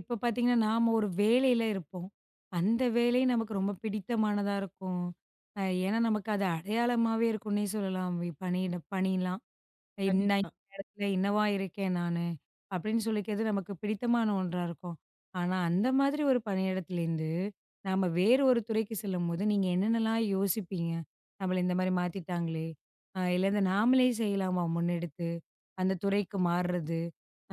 இப்ப பார்த்தீங்கன்னா, நாம ஒரு வேலையில இருப்போம். அந்த வேலை நமக்கு ரொம்ப பிடித்தமானதா இருக்கும். ஏன்னா, நமக்கு அது அடையாளமாவே இருக்குன்னே சொல்லலாம். பணியிட பணிலாம். இன்ன கண்டிப்பா. இடத்துல இன்னவா இருக்கேன் நானு, அப்படின்னு சொல்லிக்கிறது நமக்கு பிடித்தமான ஒன்றா இருக்கும். ஆனா, அந்த மாதிரி ஒரு பணியிடத்திலேருந்து, நாம வேறு ஒரு துறைக்கு செல்லும்போது, நீங்க என்னென்னலாம் யோசிப்பீங்க? நம்மள இந்த மாரி மாத்திட்டாங்களே! இல்ல இந்த நாமளே செய்யலாமா முன்னெடுத்து, அந்த துறைக்கு மாறுறது,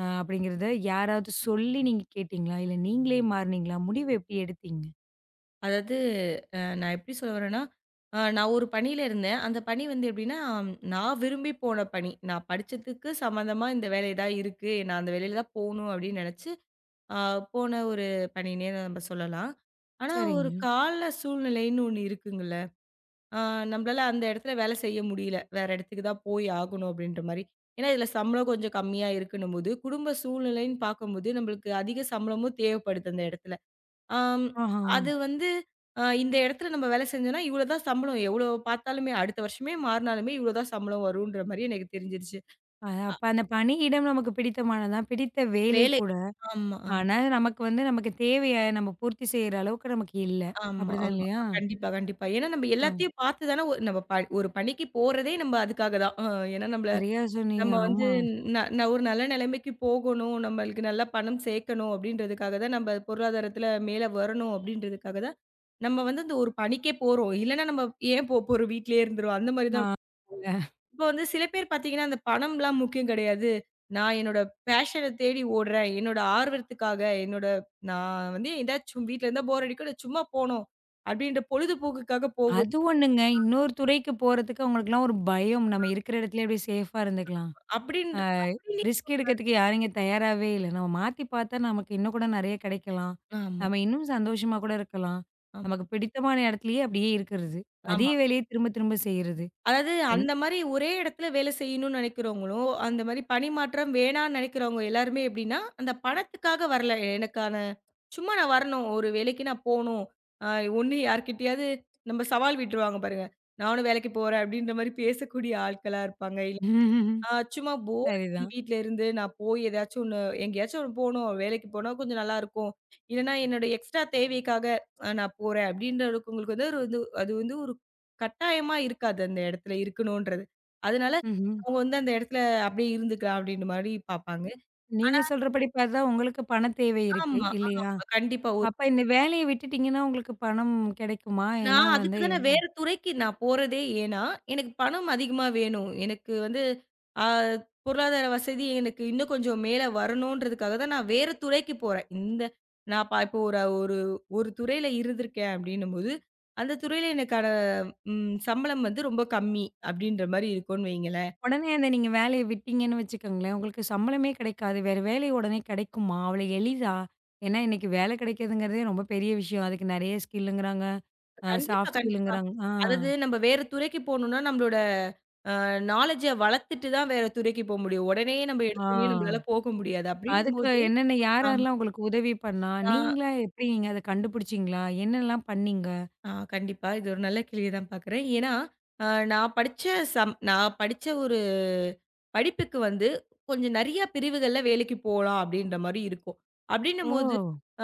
அப்படிங்கிறத யாராவது சொல்லி நீங்க கேட்டீங்களா? இல்ல நீங்களே மாறுனீங்களா? முடிவு எப்படி எடுத்தீங்க? அதாவது நான் எப்படி சொல்ல வரேன்னா, நான் ஒரு பணியில இருந்தேன். அந்த பணி வந்து எப்படின்னா, நான் விரும்பி போன பணி. நான் படிச்சதுக்கு சம்மந்தமா இந்த வேலை தான் இருக்கு. நான் அந்த வேலையில தான் போணும் அப்படின்னு நெனச்சு, அ போன ஒரு பணின்னே நம்ம சொல்லலாம். ஆனா, ஒரு சரிங்க. கால சூழ்நிலைன்னு ஒண்ணு இருக்குங்கல்ல. அ நம்மளால அந்த இடத்துல வேலை செய்ய முடியல. வேற இடத்துக்கு தான் போய் ஆகணும் அப்படின்ற மாரி. ஏன்னா, இதுல சம்பளம் கொஞ்சம் கம்மியா இருக்குன்னும்போது, குடும்ப சூழ்நிலைன்னு பார்க்கும்போது, நம்மளுக்கு அதிக சம்பளமும் தேவைப்படுது அந்த இடத்துல. ஆம். ஆஹா. அது வந்து இந்த இடத்துல நம்ம வேலை செஞ்சோம்னா, இவ்வளோ தான் சம்பளம். எவ்வளோ பார்த்தாலுமே அடுத்த வருஷமே மாறுனாலுமே இவ்வளோ தான் சம்பளம் வரும்ன்ற மாரி எனக்கு தெரிஞ்சிருச்சு. அப்ப அந்த பணியிடம் நமக்கு பிடித்தமானது தான். பிடித்த வேலை வேலை. கூட. ஆமா, ஆமா, ஆனா, நமக்கு வந்து நமக்கு தேவைய நம்ம பூர்த்தி செய்ற அளவுக்கு நமக்கு இல்ல. ஆமா, அப்படிதான் ஆமா. இல்லையா? கண்டிப்பா, கண்டிப்பா. ஏன்னா நம்ம ஆ, எல்லாத்தையும் பார்த்து தானே ஒ நம்ம ப ஒரு பணிக்கு போறதே நம்ம அதுக்காக தான். ஏன்னா நம்மள சரியா சொன்னீங்க. நம்ம வந்து ஆமா. ந ந ஒரு நல்ல நிலைமைக்கு போகணும், நம்மளுக்கு நல்லா பணம் சேர்க்கணும் அப்படின்றதுக்காக தான் நம்ம பொருளாதாரத்தில மேல வரணும் அப்படின்றதுக்காக தான், நம்ம வந்து அந்த ஒரு பணிக்கே போறோம். இல்லன்னா நம்ம ஏன் போறோம் வீட்லயே இருந்துருவோம். அந்த மாரி ஆ, தான் இப்போ வந்து சில பேர் பார்த்தீங்கன்னா, அந்த பணம்லாம் முக்கியம் கிடையாது. நான் என்னோட பேஷன தேடி ஓடுறேன். என்னோட ஆர்வத்துக்காக, என்னோட நான் வந்து ஏதாச்சும் வீட்ல இருந்தா போர் அடிக்கும். நான் சும்மா போணும். அப்படின்ற பொழுதுபோக்குக்காக போகும். அது ஒண்ணுங்க. இன்னொரு துறைக்கு போறதுக்கு அவங்களுக்கெல்லாம் ஒரு பயம். நம்ம இருக்கிற இடத்துலயே அப்படியே சேஃபா இருந்துக்கலாம். ஆ, அப்படின்னு ரிஸ்க் எடுக்கிறதுக்கு யாரும் இங்க தயாராவே இல்ல. நம்ம மாத்தி பார்த்தா நமக்கு இன்னும் கூட நெறைய கிடைக்கலாம். ஆமா, நம்ம இன்னும் சந்தோஷமா கூட இருக்கலாம். ஆமா, நமக்கு பிடித்தமான இடத்துலயே அப்படியே இருக்கிறது. அதே ஆமா. வேலைய திரும்ப திரும்ப செய்றது. அதாவது என் அந்த மாரி ஒரே இடத்துல வேலை செய்யணும்னு நினைக்கிறவங்களும், அந்த மாரி பணிமாற்றம் வேணான்னு நினைக்கிறவங்க எல்லாருமே எப்படின்னா, அந்த பணத்துக்காக வரல. எனக்கான சும்மா நான் வரணும். ஒரு வேலைக்கு நான் போணும். அ ஒண்ணு யார்கிட்டயாவது நம்ம சவால் விட்டுருவாங்க பாருங்க. நானும் வேலைக்கு போறேன் அப்படின்ற மாரி பேசக்கூடிய ஆட்களா இருப்பாங்க. இல்ல சும்மா போர் சரிதான். வீட்ல இருந்து நான் போய் ஏதாச்சும் ஒண்ணு எங்கேயாச்சும் ஒண்ணு போணும். வேலைக்கு போனா கொஞ்சம் நல்லாருக்கும். இல்லன்னா என்னோட எக்ஸ்ட்ரா தேவைக்காக நான் போறேன் அப்படின்றவங்களுக்கு வந்து ஒரு வந்து அது வந்து ஒரு கட்டாயமா இருக்காது. அந்த இடத்துல இருக்கணுன்றது. அதனால ம்ஹ்ம். அவங்க வந்து அந்த இடத்துல அப்படியே இருந்துக்கலாம் அப்படின்ற மாரி பார்ப்பாங்க. நீங்க சொல்றபடி பார்த்தா உங்களுக்கு பணத் தேவை இருக்கு ஆமா, ஆமா. இல்லையா? கண்டிப்பா. அப்ப இந்த வேலைய விட்டுட்டீங்கன்னா, உங்களுக்கு பணம் கிடைக்குமா? ஏன்னா நான் அதுக்கு வந்து தானே வேற துறைக்கு நான் போறதே ஏன்னா, எனக்கு பணம் அதிகமா வேணும். எனக்கு வந்து அ பொருளாதார வசதி எனக்கு இன்னும் கொஞ்சம் மேல வரணுன்றதுக்காக தான் நான் வேற துறைக்கு போறேன். இந்த நான் ப இப்போ ஒரு ஒரு ஒரு துறையில இருந்திருக்கேன் அப்படின்னும்போது, அந்த துறையில எனக்கான சம்பளம் வந்து ரொம்ப கம்மி அப்படின்ற மாரி இருக்கும்னு வைங்களேன். உடனே அந்த நீங்க வேலைய விட்டீங்கன்னு வச்சுக்கோங்களேன், உங்களுக்கு சம்பளமே கிடைக்காது. வேற வேலை உடனே கிடைக்குமா? அவ்வளோ எளிதா? ஏன்னா இன்னைக்கு வேலை கிடைக்கிறதுங்கிறதே ரொம்ப பெரிய விஷயம். அதுக்கு நெறைய ஸ்கில்லுங்கிறாங்க. கண்டிப்பா, சாஃப்ட் கண்டிப்பா. ஸ்கில்லுங்கிறாங்க. ஆ, அதாவது நம்ம வேற துறைக்கு போணும்னா, நம்மளோட நாலேட்ஜ வளர்த்துட்டு தான் வேற துறைக்கு போ முடியும். உடனே நம்ம ஆ. எடுத்தோனயே நம்மளால போக முடியாது. அதுக்கு அப்படின்னும்போது என்னென்ன யார் ஆமா. யாரெல்லாம் உங்களுக்கு உதவி பண்ணா? ஆ. நீங்க அத கண்டுபிடிச்சீங்களா? என்னலாம் பண்ணீங்க? ஆ கண்டிப்பா. இது ஒரு நல்ல கேள்விய தான் பார்க்குறேன். ஏன்னா, அ நான் படிச்ச நான் படிச்ச ஒரு படிப்புக்கு வந்து கொஞ்சம் நெறைய பிரிவுகள்ல வேலைக்கு போலாம் அப்டின்ற மாரி இருக்கும். ஓ! அப்டின்னும்போது,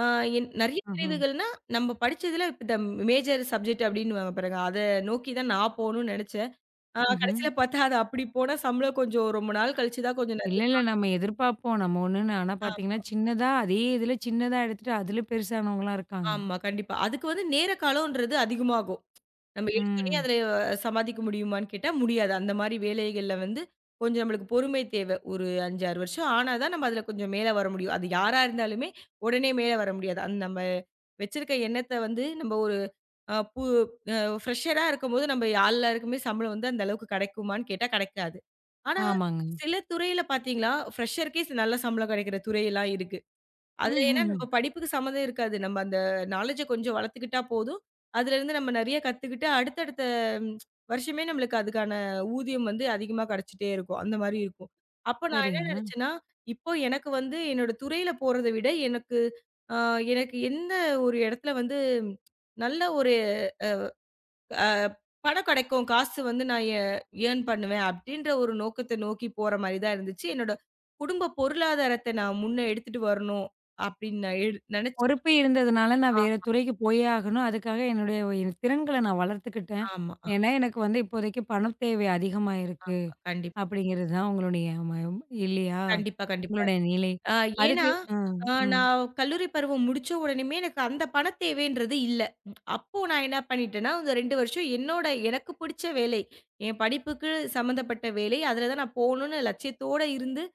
அ நெறைய ஆஹ. பிரிவுகள்னா, நம்ம படிச்சதுல இப்ப இந்த மேஜர் சப்ஜெக்ட் அப்டின்னுவாங்க பாருங்க. அத நோக்கி தான் நான் போணும்னு நெனச்சேன். ஆ ம்ஹ்ம். கடைசில பார்த்தா அது அப்டி போனா சம்பளம் கொஞ்சம் ரொம்ப நாள் கழிச்சு தான் கொஞ்சம் இல்ல, நெறைய இல்ல. நம்ம எதிர்பார்ப்போம். நம்ம ஒண்ணுன்னு ஆனா ஆ பார்த்தீங்கன்னா, சின்னதா அதே இதில சின்னதா எடுத்துட்டு, அதில பெருசானவங்கலாம் இருக்காங்க. ஆமா கண்டிப்பா. அதுக்கு வந்து நேர காலம்ன்றது அதிகமாகும். நம்ம எடுத்தோனயே ம். அதுல சம்பாதிக்க முடியுமான்னு கேட்டா முடியாது. அந்த மாரி வேலைகள்ல வந்து கொஞ்சம் நம்மளுக்கு பொறுமை தேவை. ஒரு 5, 6 வருஷம் ஆனா தான் நம்ம அதுல கொஞ்சம் மேல வர முடியும். அது யாரா இருந்தாலுமே உடனே மேல வர முடியாது. அந்த நம்ம வச்சிருக்க எண்ணத்த வந்து நம்ம ஒரு அ பு அ ஃப்ரெஷரா இருக்கும்போது நம்ம எல்லாருக்குமே சம்பளம் வந்து அந்த அளவுக்கு கிடைக்குமான்னு கேட்டா கிடைக்காது. ஆனா ஆமாங்க. சில துறையில பார்த்தீங்களா, ஃப்ரெஷருக்கே நல்ல சம்பளம் கிடைக்கிற துறையெல்லாம் இருக்கு. அதுல ஏன்னா ம்ஹ்ஹ்ம். நம்ம படிப்புக்கு சம்மந்தம் இருக்காது. நம்ம அந்த நாலேட்ஜ கொஞ்சம் வளர்த்துக்கிட்டா போதும். அதுலருந்து நம்ம நெறைய கத்துக்கிட்டு, அடுத்தடுத்த ம், வருஷமே நம்மளுக்கு அதுக்கான ஊதியம் வந்து அதிகமா கிடைச்சுட்டே இருக்கும். அந்த மாரி இருக்கும். அப்ப நான் என்ன சரிங்க. நெனச்சேன்னா, இப்போ எனக்கு வந்து என்னோட துறையில போறத விட எனக்கு அ எனக்கு எந்த ஒரு இடத்துல வந்து நல்ல ஒரு அ பணம் கிடைக்கும். காசு வந்து நான் ஏர்ன் பண்ணுவேன் அப்டின்ற ஒரு நோக்கத்த நோக்கி போற மாரி தான் இருந்துச்சு. என்னோட குடும்ப பொருளாதாரத்த நான் முன்ன எடுத்துட்டு வரணும் அப்டின்னு நான் நெனச்சேன். பொறுப்பு இருந்ததுனால நான் ஆ வேற துறைக்கு போயே ஆகணும். அதுக்காக என் திறன்கள நான் வளர்த்துக்கிட்டேன். ஆமா. ஏன்னா, எனக்கு வந்து இப்போதைக்கு பணத் தேவை அதிகமா இருக்கு. ஆ கண்டிப்பா, அப்படிங்கிறது தான் உங்களுடைய மயம் இல்லையா? கண்டிப்பா, கண்டிப்பா. உங்களுடைய நிலை. ஆ ஏன்னா, அதுக்கு அ, ம். நான் கல்லூரி பருவம் முடிச்ச உடனேயுமே எனக்கு அந்த பணத் தேவைன்றது இல்ல. அப்போ நான் என்ன பண்ணிட்டேன்னா, அந்த 2 வருஷம் என்னோட எனக்கு பிடிச்ச வேலை, என் படிப்புக்கு சம்மந்தப்பட்ட வேலை, அதில தான் நான் போணும்னு லட்சியத்தோட இருந்து,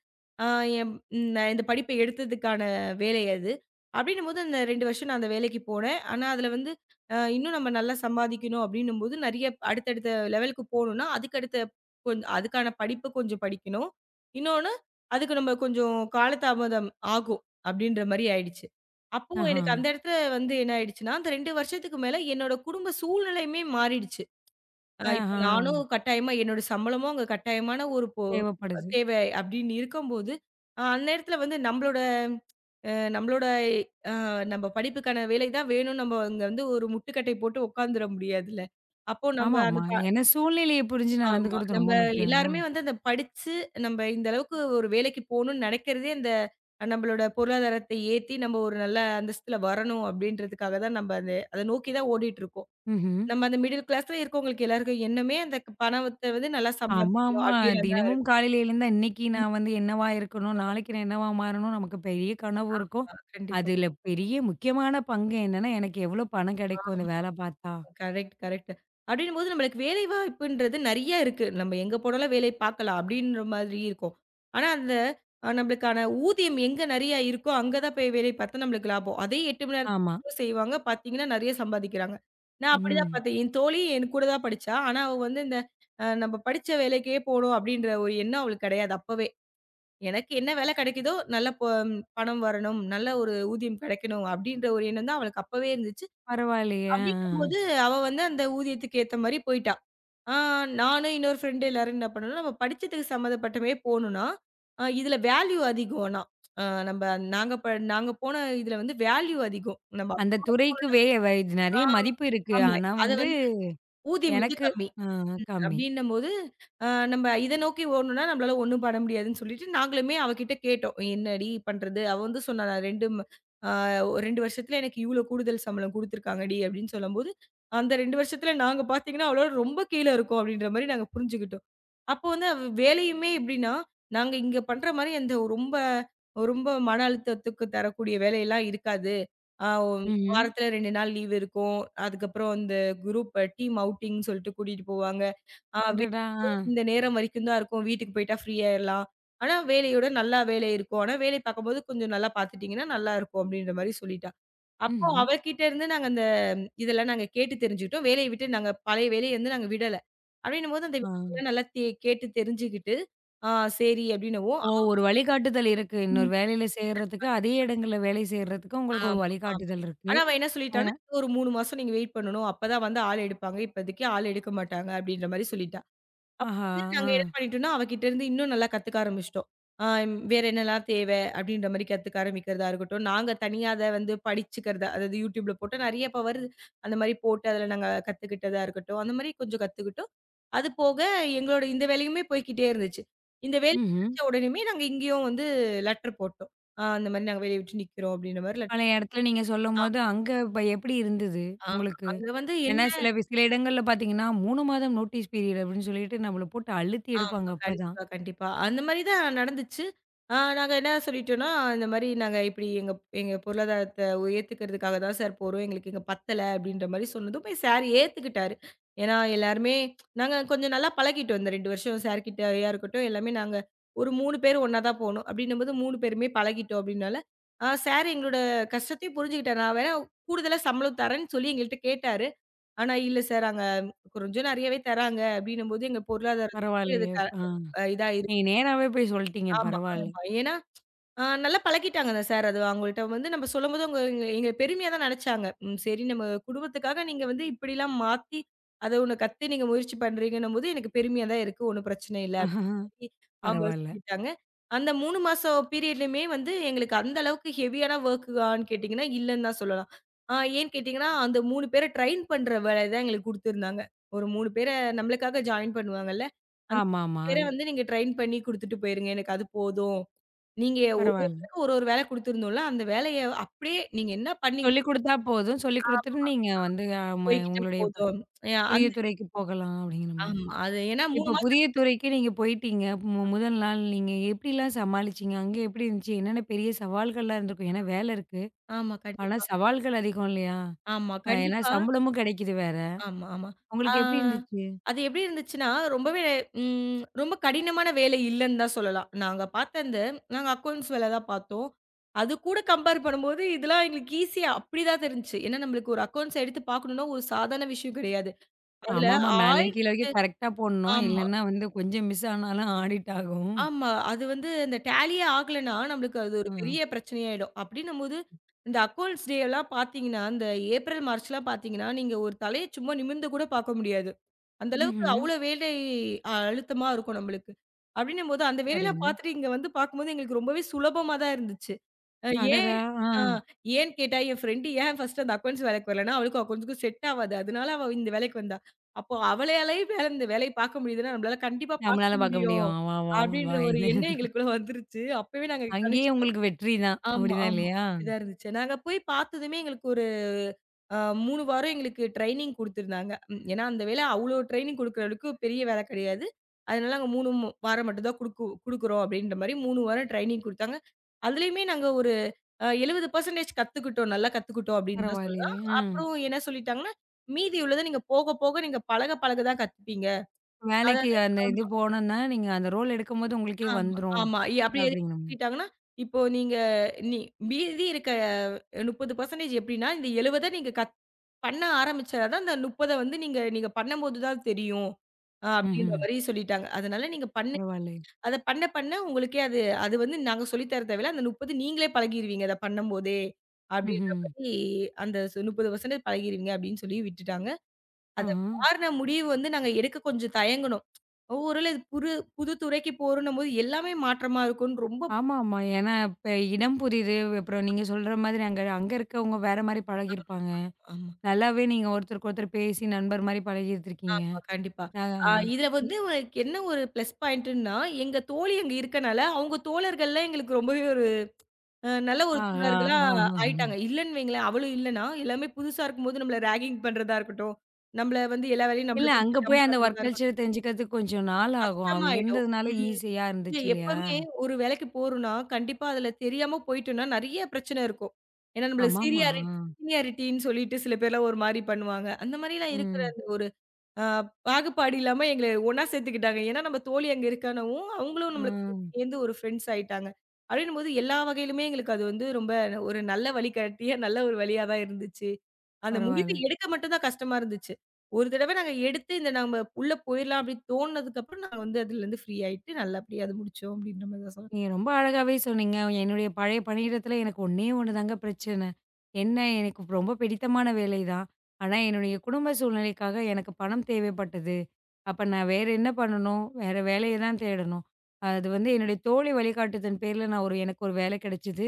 அ என் ம், நான் இந்த படிப்பை எடுத்ததுக்கான வேலை அது. அப்படின்னும்போது அந்த 2 வருஷம் நான் அந்த வேலைக்கு போனேன். ஆனா, அதில வந்து இன்னும் நம்ம நல்லா சம்பாதிக்கணும் அப்படின்னும்போது, நெறைய அடுத்தடுத்த லெவலுக்கு போணும்னா, அதுக்கடுத்த அதுக்கான படிப்பு கொஞ்சம் படிக்கணும். இன்னொன்னு அதுக்கு நம்ம கொஞ்சம் காலதாமதம் ஆகும் அப்படின்ற மாரி ஆயிடுச்சு. அப்போ ஆஹா. எனக்கு அந்த இடத்துல வந்து என்ன ஆயிடுச்சுன்னா, அந்த 2 வருஷத்துக்கு மேல என்னோட குடும்ப சூழ்நிலையுமே மாறிடுச்சு. இப்ப ஆஹா. நானும் கட்டாயமா என்னோட சம்பளமும் அங்க கட்டாயமான ஒரு தேவைப்படுது. தேவை அப்படின்னு இருக்கும்போது, அந்த இடத்துல வந்து நம்மளோட அ நம்மளோட அ நம்ம படிப்புக்கான வேலை தான் வேணும். நம்ம அங்க வந்து ஒரு முட்டுக்கட்டை போட்டு உட்காந்துர முடியாதுல்ல. அப்போ நம்ம அந்த ஆமாமா. ஏன்னா சூழ்நிலைய புரிஞ்சு ஆமா. நடந்துக்கிறது நம்ப ரொம்ப முக்கியம் இல்லையா? எல்லாருமே வந்து அந்த படிச்சு, நம்ப இந்த அளவுக்கு ஒரு வேலைக்கு போணும்னு நெனைக்கிறதே, இந்த நம்பளோட பொருளாதாரத்தை ஏத்தி, நம்ம ஒரு நல்ல அந்தஸ்துல வரணும் அப்டின்றதுக்காக தான் நம்ப அந்த அத நோக்கி தான் ஓடிட்டுருக்கோம். ம்ஹ்ம். நம்ம அந்த மிடில் கிளாஸ்ல இருக்கவங்களுக்கு எல்லாருக்கும் எண்ணமே, அந்த பணத்த வந்து நல்லா சம்பாதிக்கணும் ஆமாமா. அப்டின்னு தான். தினமும் காலையில எழுந்தா, இன்னைக்கு நான் வந்து என்னவா இருக்கணும்? நாளைக்கு நான் என்னவா மாறணும்? நமக்கு பெரிய கனவு இருக்கும். கண்டிப்பா. அதுல பெரிய முக்கியமான பங்கு என்னன்னா, எனக்கு எவ்ளோ பணம் கிடைக்கும் ஆ. இந்த வேல பார்த்தா? Correct, correct. அப்படின்னும்போது நம்மளுக்கு வேலைவாய்ப்புன்றது நெறைய இருக்கு. நம்ம எங்க போனாலும் வேலை பார்க்கலாம் அப்படின்ற மாதிரி இருக்கும். ஆனா, அந்த நம்மளுக்கான ஊதியம் எங்க நெறைய இருக்கோ, அங்க தான் போய் வேலை பார்த்தா நம்மளுக்கு லாபம். அதே 8 மணி ஆமா. நேரம் செய்வாங்க. பார்த்தீங்கன்னா, நெறைய சம்பாதிக்கிறாங்க. நான் அப்படிதான் ம். பார்த்தேன். என் தோழி என் கூட தான் படிச்சா. ஆனா, அவ வந்து இந்த நம்ம படிச்ச வேலைக்கே போணும் அப்படின்ற ஒரு எண்ணம் அவளுக்கு கிடையாது அப்பவே. எனக்கு என்ன வேலை கிடைக்குதோ, நல்ல பணம் வரணும், நல்ல ஒரு ஊதியம் கிடைக்கணும் அப்படின்ற ஒரு எண்ணம் தான் அவளுக்கு அப்பவே இருந்துச்சு. பரவாயில்லையே! அ, அ, அப்படிங்கும்போது, அ. அவ வந்து அந்த ஊதியத்துக்கு ஏத்த மாரி போயிட்டா. ஆ நானு இன்னொரு ஃப்ரெண்டு எல்லாரும் என்ன பண்ணோம்னா, நம்ம படிச்சதுக்கு சம்மந்தப்பட்டமே போணும்னா, இதுல வேல்யூ அதிகம் ஆனா. அ நம்ப நாங்க நாங்க போன இதுல வந்து வேல்யூ அதிகம். நம்ம அந்த துறைக்கு வே வை ஆ நெறைய மதிப்பு இருக்கு. ஆமா. ஆனா அத வந்து ஊதியம் வந்து எனக்கு கம்மி. அ ம். கம்மி. அப்டின்னம்போது, அ நம்ம இத நோக்கி ஓடணும்னா நம்மளால ஒண்ணும் பண்ண முடியாதுன்னு சொல்லிட்டு, நாங்களுமே அவகிட்ட கேட்டோம். "என்னடி பண்றது?" அவ வந்து சொன்னா, "நான் 2 ம அ 2 வருஷத்துல எனக்கு இவ்ளோ கூடுதல் சம்பளம் குடுத்துருக்காங்கடி" அப்டின்னு சொல்லும்போது, அந்த 2 வருஷத்துல நாங்க பார்த்தீங்கன்னா, அவளோட ரொம்ப கீழ இருக்கோம் அப்டின்ற மாரி நாங்க புரிஞ்சுக்கிட்டோம். அப்போ வந்து அவ வேலையுமே எப்டின்னா, நாங்க இங்க பண்ற மாரி அந்த ரொம்ப ரொம்ப மன அழுத்தத்துக்கு தரக்கூடிய வேலையெல்லாம் இருக்காது. அ ம்ஹ்ம். வாரத்துல 2 நாள் லீவ் இருக்கும். அதுக்கப்புறம் இந்த குரூப் டீம் அவுட்டிங்ன்னு சொல்லிட்டு கூட்டிட்டு போவாங்க. ஆ வேலை அடடா! ஆ. இந்த நேரம் வரைக்கும் தான் இருக்கும். வீட்டுக்கு போயிட்டா ஃப்ரீ ஆயிரலாம். ஆனா வேலையோட நல்லா வேலை இருக்கும். ஆனா வேலை பார்க்கும்போது கொஞ்சம் நல்லா பார்த்துட்டீங்கன்னா நல்லாருக்கும் அப்டின்ற மாரி சொல்லிட்டா. அப்போ ம்ஹ்ம். அவகிட்ட இருந்து நாங்க அந்த இதெல்லாம் நாங்க கேட்டு தெரிஞ்சுக்கிட்டோம். வேலைய விட்டு நாங்க பழைய வேலைய வந்து நாங்க விடல. அப்டின்னும்போது அந்த ஆ. விஷயம்லாம் நல்லா கேட்டு தெரிஞ்சுகிட்டு, ஆ சரி அப்டின்னவும் ஓ! ஒரு வழிகாட்டுதல் இருக்கு. இன்னொரு வேலையில சேர்றதுக்கு, அதே இடங்கள்ல வேலை செய்றதுக்கு உங்களுக்கு ஒரு ஆமா, ஆமா. வழிகாட்டுதல் இருக்கு. ஆனா அவ என்ன சொல்லிட்டான்னா, அதனா ஒரு 3 மாசம் நீங்க வெயிட் பண்ணணும். அப்பதான் வந்து ஆள் எடுப்பாங்க. இப்போதைக்கு ஆள் எடுக்க மாட்டாங்க அப்டின்ற மாரி சொல்லிட்டா. ஆஹா! வந்து ஆ. நாங்க என்ன பண்ணிட்டோம்னா, அவகிட்ட இருந்து இன்னும் நல்லா கத்துக்க ஆரம்பிச்சுட்டோம். ஆ வேற என்னலாம் தேவை அப்படின்ற மாரி கத்துக்க ஆரம்பிக்கிறதா இருக்கட்டும். நாங்க தனியா அத வந்து படிச்சுக்கிறதா அதாவது YouTubeல போட்டு நெறைய இப்ப வருது. அந்த மாரி போட்டு அதுல நாங்க கத்துக்கிட்டதா இருக்கட்டும். அந்த மாரி கொஞ்சம் கத்துக்கிட்டோம். அது போக எங்களோட இந்த வேலையுமே போய்க்கிட்டே இருந்துச்சு. இந்த வேலை ம்ஹ்ம். கிடைச்ச உடனேயுமே நாங்க இங்கேயும் வந்து லெட்டர் போட்டோம். ஆ அந்த மாரி நாங்க வேலைய விட்டு நிக்கிறோம் அப்படின்ற மாரி லெட் பழைய இடத்துல நீங்க ஆ சொல்லும்போது, அங்க இப்ப எப்படி இருந்தது ஆ உங்களுக்கு? அங்க வந்து ஏன்னா சில இடங்கள்ல பார்த்தீங்கன்னா, 3 மாதம் நோட்டீஸ் பீரியட் அப்படின்னு சொல்லிட்டு நம்மள போட்டு அழுத்தி எடுப்பாங்க ஆமா. அப்பதான். கண்டிப்பா, கண்டிப்பா. அந்த மாரி தான் நடந்துச்சு. ஆ நாங்க என்ன சொல்லிட்டோம்னா, இந்த மாரி நாங்க இப்டி எங்க எங்க பொருளாதாரத்த உயர்த்திக்கிறதுக்காக தான் சார் போறோம். எங்களுக்கு இங்க பத்தல அப்டின்ற மாரி சொன்னதும் போய் சார் ஏத்துக்கிட்டாரு. ஏன்னா எல்லாருமே நாங்க கொஞ்சம் நல்லா பழகிட்டோம். இந்த 2 வருஷம் சார் கிட்டயா இருக்கட்டும், எல்லாமே நாங்க ஒரு 3 பேர் ஒண்ணா தான் போனோம். அப்டின்னும்போது 3 பேருமே பழகிட்டோம் அப்டின்னால, ஆ சார் எங்களோட கஷ்டத்தையும் புரிஞ்சுக்கிட்டாரு. நான் வேணா கூடுதலா சம்பளம் தரேன்னு சொல்லி எங்கள்ட்ட கேட்டாரு. ஆனா, "இல்ல சார் அங்க கொஞ்சம் நெறையவே தராங்க." அப்படின்னும்போது எங்க பொருளாதாரத்துக்கு இது பரவாயில்லையே! க ஆ, அ இதா இருக்கு. நீங்க நேராவே போய் சொல்ட்டீங்க. ஆமா, பரவால்ல. ஆமா. ஏன்னா, நல்லா பழக்கிட்டாங்க தான் சார். அது அவங்கள்ட்ட வந்து நம்ம சொல்லும்போது அவங்க எங்க எங்கள பெருமையா தான் நெனச்சாங்க. ம் சரி நம்ம குடும்பத்துக்காக நீங்க வந்து இப்படிலாம் மாத்தி, அத ஒண்ணு கத்து நீங்க முயற்சி பண்றீங்கன்னும்போது எனக்கு பெருமையா தான் இருக்கு. ஒண்ணும் பிரச்சனை பரவால்ல. இல்ல. சொல்லி அவங்க சொல்லிட்டாங்க. அந்த 3 மாசம் பீரியட்லயுமே வந்து எங்களுக்கு அந்த அளவுக்கு ஹெவியான வொர்க்கான்னு கேட்டீங்கன்னா, இல்லன்னு தான் சொல்லலாம். ஆ ஏன்னு கேட்டீங்கன்னா, அந்த 3 பேர ட்ரெயின் பண்ற வேலைய தான் எங்களுக்கு குடுத்திருந்தாங்க. ஒரு 3 பேர நம்மளுக்காக ஜாயின் பண்ணுவாங்கல்ல. அந்த 3 ஆமாமா. பேர வந்து நீங்க ட்ரெயின் பண்ணி குடுத்துட்டு போயிருங்க. எனக்கு அது போதும். நீங்க ஒரு பரவால்ல. ஒருத்தருக்கும் ஒரு ஒரு வேல குடுத்திருந்தோம்ல, அந்த வேலைய அப்படியே நீங்க என்ன பண்ணீங்களோ சொல்லிக் குடுத்தா போதும். சொல்லிக் குடுத்துட்டு நீங்க வந்து ம போய்க்கிட்டா உங்களுடைய ப போதும். அ புதிய அந்த துறைக்கு போகலாம் அப்படிங்கிற மாரி. ஆமா. அது ஏன்னா 3 இப்ப மாசம் புதிய துறைக்கு நீங்க போயிட்டீங்க. முதல் நாள் நீங்க எப்படிலாம் சமாளிச்சீங்க? அங்க எப்படி இருந்துச்சு? என்னென்ன பெரிய சவால்கள்லாம் இருந்திருக்கும்? ஏன்னா வேலை இருக்கு. ஆமா ஆனா, கண்டிப்பா. சவால்கள் அதிகம் இல்லையா? ஆமா ஏன்னா கண்டிப்பா. சம்பளமும் கிடைக்குது வேற. ஆமா, ஆமா. ஆ உங்களுக்கு எப்படி இருந்துச்சு? அது எப்படி இருந்துச்சுன்னா, ரொம்பவே ரொம்ப கடினமான வேலை இல்லன்னு தான் சொல்லலாம். நாங்க பார்த்த அந்த நாங்க அக்கவுண்ட்ஸ் வேல தான் பார்த்தோம். அது கூட கம்பேர் பண்ணும்போது, இதெல்லாம் எங்களுக்கு ஈஸியா அப்படிதான் தெரிஞ்சுச்சு. ஏன்னா, நம்மளுக்கு ஒரு அக்கவுண்ட்ஸ் எடுத்து பார்க்கணும்னா, ஒரு சாதாரண விஷயம் கிடையாது. அதுல ஆமாமா. மேலேருந்து ஆயிர கீழ வரைக்கும் கரெக்ட்டா போடணும். ஆமா. இல்லன்னா வந்து கொஞ்சம் மிஸ் ஆனாலும் ஆடிட் ஆகும். ஆமா. அது வந்து அந்த டேலியே ஆகலன்னா, நம்மளுக்கு அது ஒரு ஆ. பெரிய பிரச்சனையாயிடும். அப்படின்னும்போது, இந்த அக்கவுண்ட்ஸ் டே எல்லாம் பார்த்தீங்கன்னா, அந்த ஏப்ரல், மார்ச்லாம் பார்த்தீங்கன்னா, நீங்க ஒரு தலைய சும்மா நிமிர்ந்து கூட பார்க்க முடியாது. அந்த அளவுக்கு ம்ஹ்ம். அவ்வளோ வேலை அழுத்தமா இருக்கும் நம்மளுக்கு. அப்படின்னும்போது, அந்த வேலையெல்லாம் சரிங்க. பார்த்துட்டு இங்க வந்து பார்க்கும்போது எங்களுக்கு ரொம்பவே சுலபமா தான் இருந்துச்சு. அ ம். ஏன் அடடா! ஆ. ஆ ஏன்னு கேட்டா, என் ஃப்ரெண்டு ஏன் ஃபர்ஸ்ட் அந்த அக்கவுண்ட்ஸ் வேலைக்கு வரலன்னா, அவளுக்கும் அக்கவுண்ட்ஸ்க்கும் செட் ஆவாது. அதனால அவ இந்த வேலைக்கு வந்தா. அப்போ அவளாலயும் வேற இந்த வேலைய பார்க்க முடியுதுன்னா, நம்மளால கண்டிப்பா நம்மளால பார்க்க பார்க்க முடியும். முடியும். வா, வா, வா, வா அப்படின்ற ஒரு இது. எண்ணம் எங்களுக்குள்ள வந்துருச்சு. அப்பவே நாங்க அங்கேயே கணிச்சுட்டோம். உங்களுக்கு வெற்றி தான். ஆமா, அப்படிதான் ஆமா. இல்லையா? அப்படிதான் இருந்துச்சு. நாங்க போய் பார்த்ததுமே எங்களுக்கு ஒரு அ 3 வாரம் எங்களுக்கு ட்ரெய்னிங் குடுத்துருந்தாங்க. ம். ஏன்னா அந்த வேலை அவ்ளோ ட்ரெய்னிங் குடுக்குற அளவுக்கு பெரிய வேலை கிடையாது. அதனால நாங்க 3 மு வாரம் மட்டும் தான் குடுக்குறோம் அப்படின்ற மாரி 3 வாரம் ட்ரெய்னிங் குடுத்தாங்க. அதுலயுமே நாங்க ஒரு 70% கத்துக்கிட்டோம். நல்லா கத்துக்கிட்டோம் அப்படின்னு தான் சொல்லலாம். பரவாயில்லையே. ம். அப்புறம் என்ன சொல்லிட்டாங்கன்னா, "மீதி உள்ளத நீங்க போக, போக நீங்க பழக, பழக தான் கத்துப்பீங்க." வேலைக்கு அதாவது அந்த இது போனோம்னா, நீங்க அந்த ரோல் எடுக்கும்போது உங்களுக்கே ஆமா, வந்துரும். ஆமா. அப்படி எது அப்படிங்கிற மாரி. பண்ணிட்டாங்கன்னா, இப்போ நீங்க நீ மீதி இருக்க 30% எப்படின்னா, இந்த 70 நீங்க பண்ண ஆரம்பிச்சா தான், அந்த 30 வந்து நீங்க நீங்க பண்ணும்போது தான் தெரியும். அ ம். அப்படின்ற ம்ஹ்ம். மாரி சொல்லிட்டாங்க. அதனால நீங்க பண்ணு பரவாயில்லை. அத பண்ண பண்ண உங்களுக்கே அது அது வந்து நாங்க சொல்லி தர தேவையில்ல. அந்த 30 நீங்களே பழகிருவீங்க. அத பண்ணும்போதே, அப்படின்ற ம்ஹ்ம். மாரி அந்த 30% பழகிருவீங்க அப்படின்னு சொல்லி விட்டுட்டாங்க. அத ஆஹா. மாறுன முடிவு வந்து நாங்க எடுக்க கொஞ்சம் தயங்குனோம். ஒருவேள இது புரு புது துறைக்கு போறோன்னும்போது எல்லாமே மாற்றமா இருக்கும்ன்னு ரொம்ப ஆமாமா. ஏன்னா, இப்ப இடம் புரியுது. அப்புறம் நீங்க சொல்ற மாதிரி அங்க அங்க இருக்கவங்க வேற மாரி பழகியிருப்பாங்க. ஆமா. நல்லாவே நீங்க ஒருத்தருக்கு ஒருத்தர் பேசி நண்பர் மாரி பழகியிருந்திருக்கீங்க. ஆமா கண்டிப்பா. ஆ, ஆ இதுல வந்து எனக்கு என்ன ஒரு ப்ளஸ் பாயிண்ட்டுன்னா, எங்க தோழி அங்க இருக்கனால, அவங்க தோழர்கள்லாம் எங்களுக்கு ரொம்பவே ஒரு நல்ல ஒரு ஆ, ஆ, தோழர்களா ஆ, ஆயிட்டாங்க. ஆ. இல்லன்னு வைங்களேன், அவளும் இல்லன்னா, எல்லாமே புதுசா இருக்கும்போது நம்மள ராகிங் பண்றதா இருக்கட்டும், நம்மள வந்து எல்லா வேலையும் நம்மள இல்ல அங்க குடுத்து போய் டம்ப் அந்த ஒர்க் பண்றதா இருக்கட்டும், கல்ச்சர் தெரிஞ்சுக்கிறதுக்கு கொஞ்சம் நாள் ஆகும். அங்க கஷ்டமாயிடும். இருந்ததுனால ம். ஈஸியா இல்ல இருந்துச்சு இல்லையா? எப்பவுமே ஒரு வேலைக்கு போறோம்னா, கண்டிப்பா அதுல தெரியாம போயிட்டோம்னா, நெறைய பிரச்சனை இருக்கும். ஏன்னா நம்மளுக்கு ஆமாமா. சீனியாரிட்டின்னு சொல்லிட்டு சில பேர்லாம் ஒரு மாரி பண்ணுவாங்க. அந்த மாரிலாம் இருக்கிற ம், அந்த ஒரு ஆ பாகுபாடு இல்லாம எங்கள ஒண்ணா சேர்த்துக்கிட்டாங்க. ஏன்னா, நம்ம தோழி அங்க இருக்கானவும், அவங்களும் நம்மளுக்கு ம். சேர்ந்து ஒரு ஃப்ரெண்ட்ஸ் ஆயிட்டாங்க. அப்படின்னும்போது எல்லா வகையிலுமே எங்களுக்கு அது வந்து ரொம்ப ஒரு நல்ல வழிகாட்டியா, நல்ல ஒரு வழியா தான் இருந்துச்சு. அந்த முடிவு பரவால்ல. எடுக்க மட்டும் தான் கஷ்டமா இருந்துச்சு. ஒரு தடவ நாங்க எடுத்து இந்த நம்ம உள்ள போயிரலாம் அப்படின்னு தோணுனதுக்கப்புறம், நாங்க வந்து அதுலருந்து ஃப்ரீ ஆயிட்டு நல்லபடியா அது முடிச்சோம் அப்படின்ற மாரி தான் சொல்லணும். நீங்க ரொம்ப அழகாவே சொன்னீங்க. என்னுடைய பழைய பணியிடத்துல எனக்கு ஒண்ணே ஒண்ணு தாங்க பிரச்சனை. என்ன எனக்கு ரொம்ப பிடித்தமான வேலை தான். ஆனா என்னுடைய குடும்ப சூழ்நிலைக்காக எனக்கு பணம் தேவைப்பட்டது. அப்ப நான் வேற என்ன பண்ணணும்? வேற வேலைய தான் தேடணும். அது வந்து என்னுடைய தோழி வழிகாட்டுதன் பேர்ல நான் ஒரு எனக்கு ஒரு வேலை கிடைச்சது.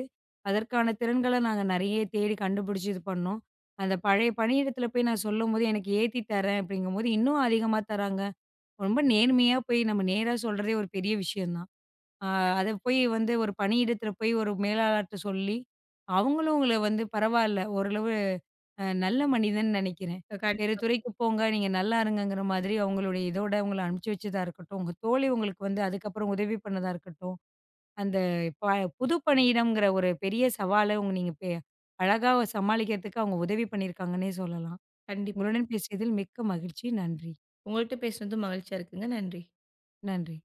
அதற்கான திறன்கள நாங்க நெறைய தேடி கண்டுபிடிச்சு இது பண்ணோம். அந்த பழைய பணியிடத்துல போய் நான் சொல்லும்போது, "எனக்கு ஏத்தி தரேன்" அப்படிங்கும்போது, இன்னும் அதிகமா தராங்க. ரொம்ப நேர்மையா போய் நம்ம நேரா சொல்றதே ஒரு பெரிய விஷயம் தான். ஆ, அத போய் வந்து ஒரு பணியிடத்துல போய் ஒரு மேலாளர்ட்ட சொல்லி, அவங்களும் உங்கள வந்து பரவால்ல, ஓரளவு நல்ல மனிதன்னு நெனைக்கிறேன். வேறு கண்டிப்பா, துறைக்கு போங்க, நீங்க நல்லா இருங்கங்கிற மாதிரி அவங்களுடைய இதோட உங்கள அனுப்பிச்சு வச்சதா இருக்கட்டும், உங்க தோழி உங்களுக்கு வந்து அதுக்கப்புறம் உதவி பண்ணதா இருக்கட்டும், அந்த ப புது பணியிடம்ங்கிற ஒரு பெரிய சவால நீங்க அழகா சமாளிக்கிறதுக்கு அவங்க உதவி பண்ணியிருக்காங்கன்னே சொல்லலாம். கண்டிப்பா. உங்களுடன் பேசியதில் மிக்க மகிழ்ச்சி. நன்றி. உங்கள்ட்ட பேசுனது மகிழ்ச்சியா இருக்குங்க. நன்றி. நன்றி.